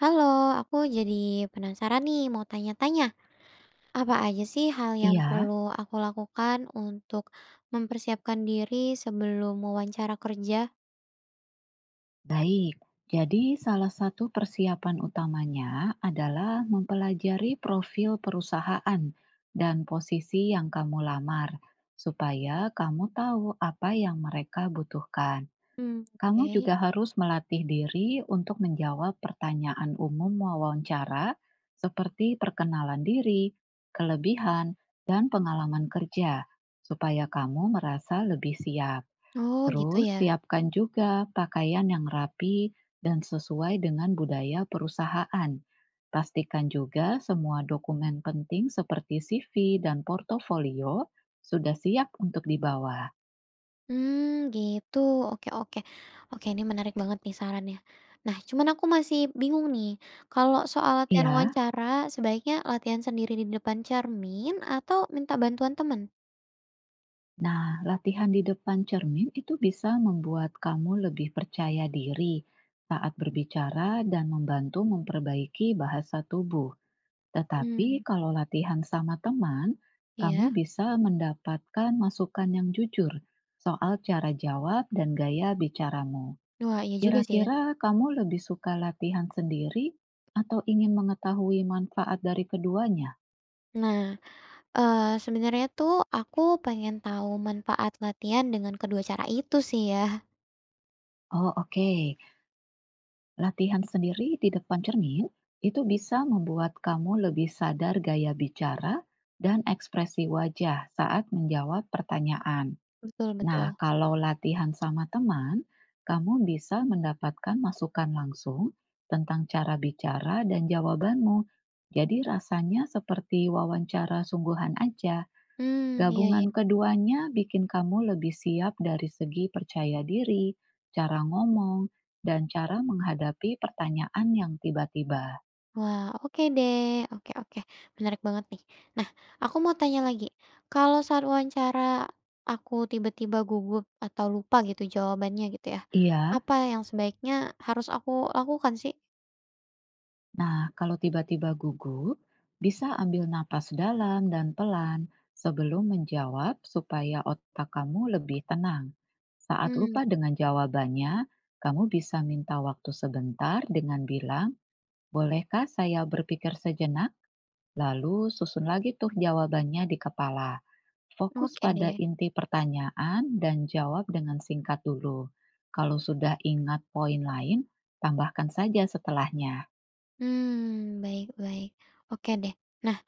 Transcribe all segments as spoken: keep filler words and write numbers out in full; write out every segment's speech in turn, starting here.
Halo, aku jadi penasaran nih mau tanya-tanya, apa aja sih hal yang Iya, perlu aku lakukan untuk mempersiapkan diri sebelum wawancara kerja? baik. Jadi, salah satu persiapan utamanya adalah mempelajari profil perusahaan dan posisi yang kamu lamar, supaya kamu tahu apa yang mereka butuhkan. Hmm, Kamu oke. juga harus melatih diri untuk menjawab pertanyaan umum wawancara, seperti perkenalan diri, kelebihan, dan pengalaman kerja, supaya kamu merasa lebih siap. Oh, gitu Terus ya. siapkan juga pakaian yang rapi dan sesuai dengan budaya perusahaan. Pastikan juga semua dokumen penting seperti C V dan portofolio sudah siap untuk dibawa. Hmm, gitu. Oke, oke. Oke, ini menarik banget nih sarannya. Nah, cuman aku masih bingung nih, kalau soal latihan Iya, wawancara, sebaiknya latihan sendiri di depan cermin atau minta bantuan teman? nah latihan di depan cermin itu bisa membuat kamu lebih percaya diri saat berbicara dan membantu memperbaiki bahasa tubuh. Tetapi Hmm, kalau latihan sama teman, kamu iya. bisa mendapatkan masukan yang jujur soal cara jawab dan gaya bicaramu. Wah, iya juga sih ya. Kira-kira kamu lebih suka latihan sendiri atau ingin mengetahui manfaat dari keduanya? Nah, Eee, sebenarnya tuh aku pengen tahu manfaat latihan dengan kedua cara itu sih ya. Oh, oke. Latihan sendiri di depan cermin itu bisa membuat kamu lebih sadar gaya bicara dan ekspresi wajah saat menjawab pertanyaan. Betul, Nah, betul. kalau latihan sama teman, kamu bisa mendapatkan masukan langsung tentang cara bicara dan jawabanmu. Jadi rasanya seperti wawancara sungguhan aja. Hmm, iya, iya. Gabungan keduanya bikin kamu lebih siap dari segi percaya diri, cara ngomong, dan cara menghadapi pertanyaan yang tiba-tiba. Wah, oke deh. Oke, oke, menarik banget nih. Nah, aku mau tanya lagi, kalau saat wawancara aku tiba-tiba gugup atau lupa gitu jawabannya gitu ya, Iya, apa yang sebaiknya harus aku lakukan sih? nah, kalau tiba-tiba gugup, bisa ambil napas dalam dan pelan sebelum menjawab supaya otak kamu lebih tenang. Saat Hmm, lupa dengan jawabannya, kamu bisa minta waktu sebentar dengan bilang, "Bolehkah saya berpikir sejenak?" Lalu susun lagi tuh jawabannya di kepala. Fokus oke pada deh. inti pertanyaan dan jawab dengan singkat dulu. Kalau sudah ingat poin lain, tambahkan saja setelahnya. Hmm, baik, baik. Oke deh. Nah,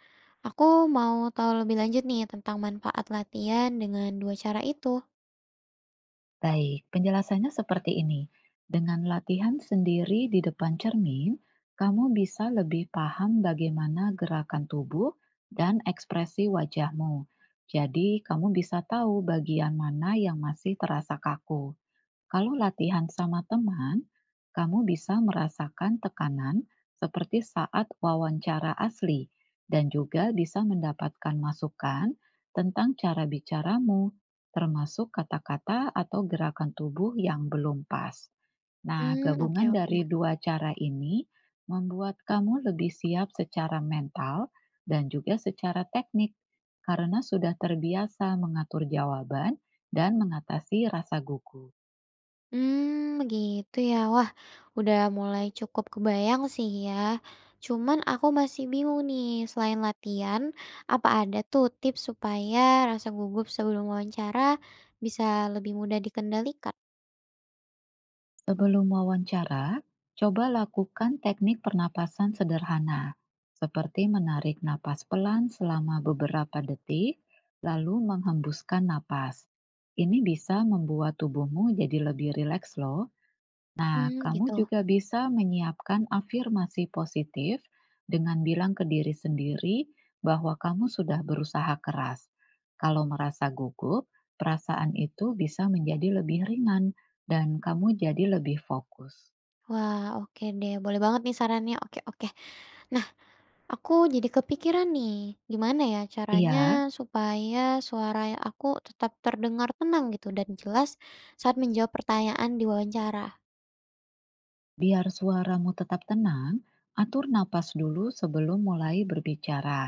aku mau tahu lebih lanjut nih tentang manfaat latihan dengan dua cara itu. Baik, penjelasannya seperti ini. Dengan latihan sendiri di depan cermin, kamu bisa lebih paham bagaimana gerakan tubuh dan ekspresi wajahmu. Jadi, kamu bisa tahu bagian mana yang masih terasa kaku. Kalau latihan sama teman, kamu bisa merasakan tekanan seperti saat wawancara asli dan juga bisa mendapatkan masukan tentang cara bicaramu, termasuk kata-kata atau gerakan tubuh yang belum pas. Nah, Hmm, oke, gabungan oke. dari dua cara ini membuat kamu lebih siap secara mental dan juga secara teknik karena sudah terbiasa mengatur jawaban dan mengatasi rasa gugup. Hmm, begitu ya. Wah, udah mulai cukup kebayang sih ya. Cuman aku masih bingung nih, selain latihan, apa ada tuh tips supaya rasa gugup sebelum wawancara bisa lebih mudah dikendalikan? Sebelum wawancara, coba lakukan teknik pernapasan sederhana, seperti menarik napas pelan selama beberapa detik, lalu menghembuskan napas. Ini bisa membuat tubuhmu jadi lebih rileks loh. Nah, Hmm kamu Gitu. juga bisa menyiapkan afirmasi positif dengan bilang ke diri sendiri bahwa kamu sudah berusaha keras. Kalau merasa gugup, perasaan itu bisa menjadi lebih ringan dan kamu jadi lebih fokus. Wah, oke deh. Boleh banget nih sarannya. Oke, oke. Nah, aku jadi kepikiran nih, gimana ya Iya, caranya supaya suara aku tetap terdengar tenang gitu dan jelas saat menjawab pertanyaan di wawancara. biar suaramu tetap tenang, atur napas dulu sebelum mulai berbicara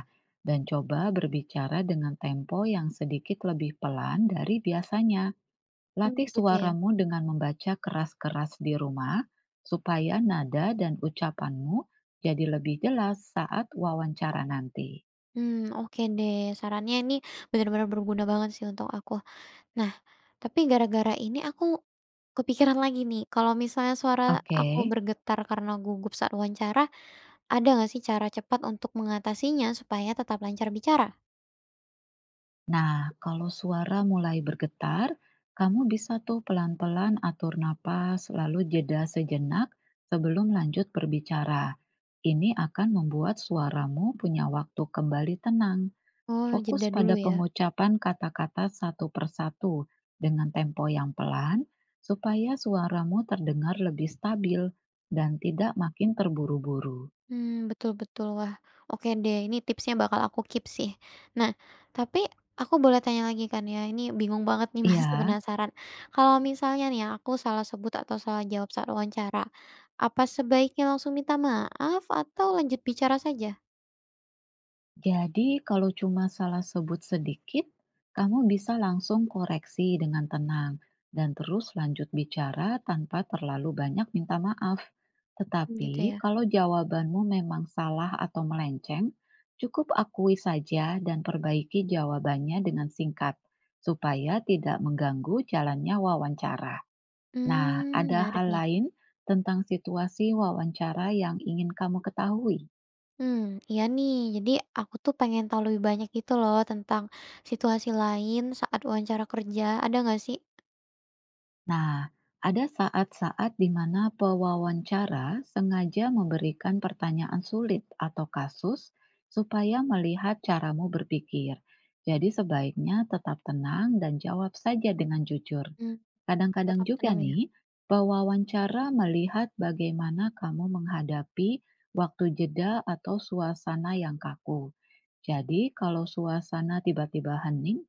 dan coba berbicara dengan tempo yang sedikit lebih pelan dari biasanya. Hmm, Latih gitu ya. suaramu dengan membaca keras-keras di rumah, supaya nada dan ucapanmu jadi lebih jelas saat wawancara nanti. Hmm, oke deh. Sarannya ini benar-benar berguna banget sih untuk aku. Nah, tapi gara-gara ini aku kepikiran lagi nih, kalau misalnya suara Oke, aku bergetar karena gugup saat wawancara, ada nggak sih cara cepat untuk mengatasinya supaya tetap lancar bicara? nah kalau suara mulai bergetar, kamu bisa tuh pelan-pelan atur napas, lalu jeda sejenak sebelum lanjut berbicara. Ini akan membuat suaramu punya waktu kembali tenang. Oh, Fokus jeda dulu pada ya. pengucapan kata-kata satu persatu dengan tempo yang pelan, supaya suaramu terdengar lebih stabil dan tidak makin terburu-buru. Hmm, betul, betul. Wah, oke deh, ini tipsnya bakal aku keep sih. Nah, tapi aku boleh tanya lagi kan ya, ini bingung banget nih masih Iya. penasaran. Kalau misalnya nih ya, aku salah sebut atau salah jawab saat wawancara, apa sebaiknya langsung minta maaf atau lanjut bicara saja? Jadi, kalau cuma salah sebut sedikit, kamu bisa langsung koreksi dengan tenang dan terus lanjut bicara tanpa terlalu banyak minta maaf. Mmm, Tetapi, gitu ya. kalau jawabanmu memang salah atau melenceng, cukup akui saja dan perbaiki jawabannya dengan singkat supaya tidak mengganggu jalannya wawancara. Nah, Hmm, ada menarik hal nih. lain tentang situasi wawancara yang ingin kamu ketahui. Hmm, iya nih, jadi aku tuh pengen tahu lebih banyak gitu loh tentang situasi lain saat wawancara kerja, ada nggak sih? Nah, ada saat-saat di mana pewawancara sengaja memberikan pertanyaan sulit atau kasus supaya melihat caramu berpikir. Jadi, sebaiknya tetap tenang dan jawab saja dengan jujur. Mmm, Kadang-kadang tetap juga tenang ya. nih, pewawancara melihat bagaimana kamu menghadapi waktu jeda atau suasana yang kaku. Jadi, kalau suasana tiba-tiba hening,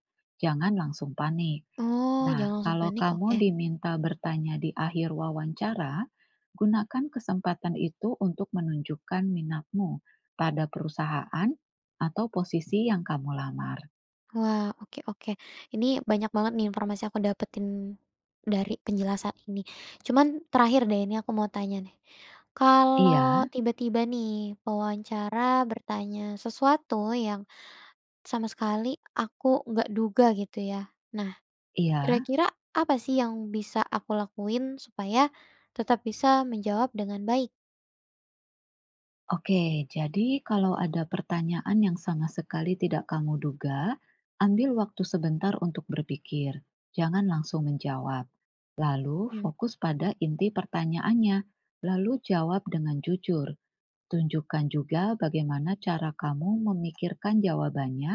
jangan langsung panik. Oh, Nah, jangan langsung kalau panik, kamu oke. diminta bertanya di akhir wawancara, gunakan kesempatan itu untuk menunjukkan minatmu pada perusahaan atau posisi yang kamu lamar. Wah, oke, oke. Ini banyak banget nih informasi aku dapetin dari penjelasan ini. Cuman terakhir deh ini aku mau tanya nih. Kalau Iya, tiba-tiba nih pewawancara bertanya sesuatu yang sama sekali aku nggak duga gitu ya. Nah, iya. kira-kira apa sih yang bisa aku lakuin supaya tetap bisa menjawab dengan baik? Oke, jadi kalau ada pertanyaan yang sama sekali tidak kamu duga, ambil waktu sebentar untuk berpikir. Jangan langsung menjawab. Lalu Hmm, fokus pada inti pertanyaannya, lalu jawab dengan jujur. Tunjukkan juga bagaimana cara kamu memikirkan jawabannya,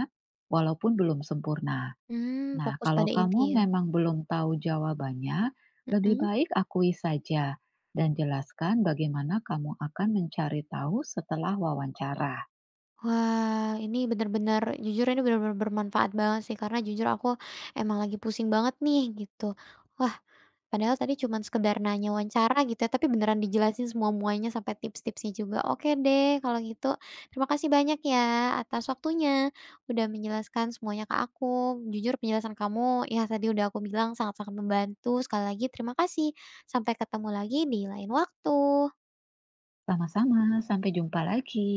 walaupun belum sempurna. hmm, Nah, Fokus kalau pada inti kamu ya. memang belum tahu jawabannya, lebih Mhm. baik akui saja dan jelaskan bagaimana kamu akan mencari tahu setelah wawancara. Wah, ini bener-bener jujur, ini bener-bener bermanfaat banget sih, karena jujur aku emang lagi pusing banget nih, gitu. Wah, padahal tadi cuman sekedar nanya wawancara gitu ya, tapi beneran dijelasin semua-muanya sampai tips-tipsnya juga. Oke deh, kalau gitu terima kasih banyak ya atas waktunya, udah menjelaskan semuanya ke aku. Jujur penjelasan kamu, ya tadi udah aku bilang sangat-sangat membantu. Sekali lagi terima kasih, sampai ketemu lagi di lain waktu. Sama-sama, sampai jumpa lagi.